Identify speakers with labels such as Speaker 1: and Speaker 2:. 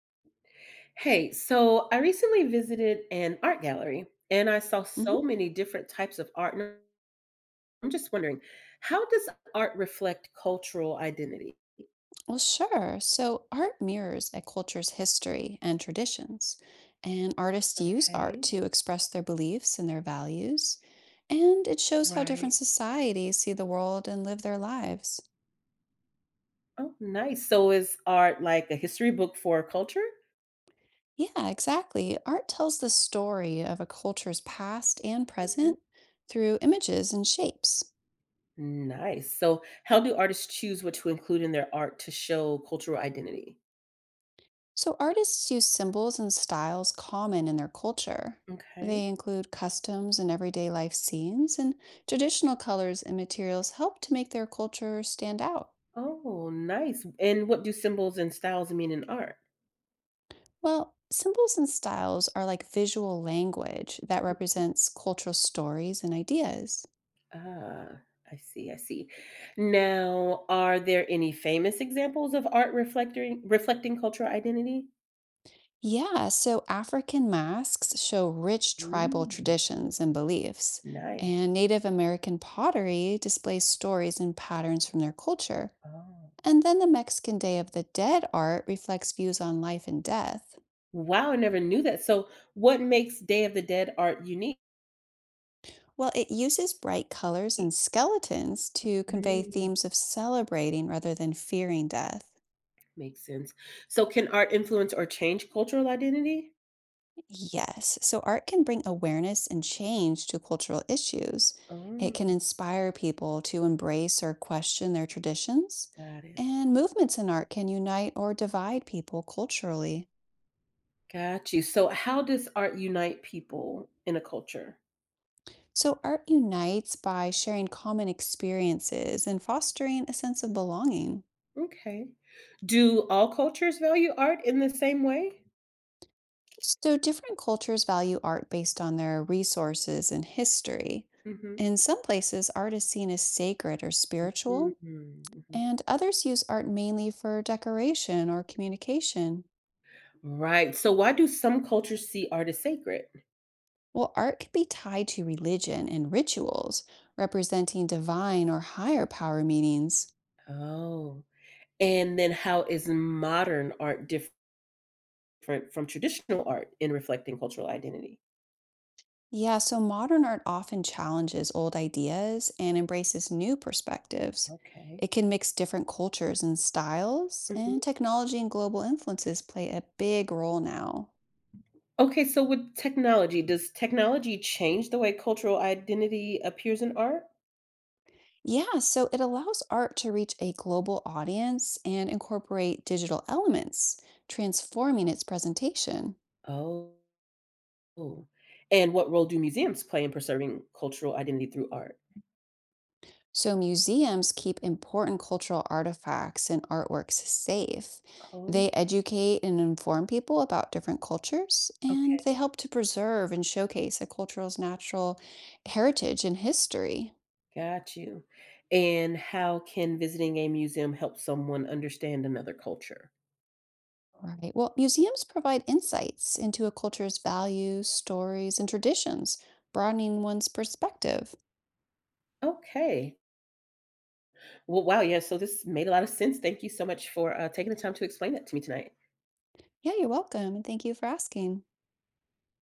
Speaker 1: Hey, so I recently visited an art gallery and I saw so
Speaker 2: hmm
Speaker 1: many different types of art. And I'm just wondering, how does art reflect cultural identity?
Speaker 2: Well, sure. So, art mirrors a culture's history and traditions, and artists use art
Speaker 1: Okay,
Speaker 2: to express their beliefs and their values, and it shows how
Speaker 1: right.
Speaker 2: different societies see the world and live their lives.
Speaker 1: Oh, nice. So is art like a history book for culture?
Speaker 2: Yeah, exactly. Art tells the story of a culture's past and
Speaker 1: Mhm.
Speaker 2: present through images and shapes.
Speaker 1: Nice. So how do artists choose what to include in their art to show cultural identity?
Speaker 2: So, artists use symbols and styles common in their culture.
Speaker 1: Okay.
Speaker 2: They include customs and everyday life scenes, and traditional colors and materials help to make their culture stand out.
Speaker 1: Oh, nice. And what do symbols and styles mean in art?
Speaker 2: Well, symbols and styles are like visual language that represents cultural stories and ideas.
Speaker 1: Ah, I see, I see. Now, are there any famous examples of art reflecting cultural identity?
Speaker 2: Yeah, so African masks show rich tribal
Speaker 1: Mm,
Speaker 2: traditions and beliefs,
Speaker 1: nice.
Speaker 2: and Native American pottery displays stories and patterns from their culture.
Speaker 1: Oh.
Speaker 2: And then the Mexican Day of the Dead art reflects views on life and death.
Speaker 1: Wow, I never knew that. So, what makes Day of the Dead art unique?
Speaker 2: Well, it uses bright colors and skeletons to convey
Speaker 1: Mm,
Speaker 2: themes of celebrating rather than fearing death.
Speaker 1: makes sense. So, can art influence or change cultural identity?
Speaker 2: Yes, so art can bring awareness and change to cultural issues.
Speaker 1: Oh,
Speaker 2: It can inspire people to embrace or question their traditions.
Speaker 1: got it.
Speaker 2: And movements in art can unite or divide people culturally.
Speaker 1: Got you. So, how does art unite people in a culture?
Speaker 2: So, art unites by sharing common experiences and fostering a sense of belonging.
Speaker 1: Okay. Do all cultures value art in the same way?
Speaker 2: So, different cultures value art based on their resources and history.
Speaker 1: Hmm.
Speaker 2: In some places, art is seen as sacred or
Speaker 1: Mhm,
Speaker 2: spiritual,
Speaker 1: mhm.
Speaker 2: and others use art mainly for decoration or communication.
Speaker 1: Right, so why do some cultures see art as sacred?
Speaker 2: Well, art can be tied to religion and rituals, representing divine or higher power meanings.
Speaker 1: Oh, and then how is modern art different from traditional art in reflecting cultural identity?
Speaker 2: Yeah, so modern art often challenges old ideas and embraces new perspectives.
Speaker 1: Okay.
Speaker 2: It can mix different cultures and styles,
Speaker 1: Mhm.
Speaker 2: and technology and global influences play a big role now.
Speaker 1: Okay, so with technology, does technology change the way cultural identity appears in art?
Speaker 2: Yeah, so it allows art to reach a global audience and incorporate digital elements, transforming its presentation.
Speaker 1: Oh. And what role do museums play in preserving cultural identity through art?
Speaker 2: So, museums keep important cultural artifacts and artworks safe.
Speaker 1: Oh,
Speaker 2: They educate and inform people about different cultures,
Speaker 1: okay.
Speaker 2: and they help to preserve and showcase a cultural's natural heritage and history.
Speaker 1: Got you. And how can visiting a museum help someone understand another culture?
Speaker 2: Right. Well, museums provide insights into a culture's values, stories, and traditions, broadening one's perspective.
Speaker 1: Okay. Well, wow. Yeah. So this made a lot of sense. Thank you so much for taking the time to explain that to me tonight.
Speaker 2: Yeah, you're welcome, and thank you for asking.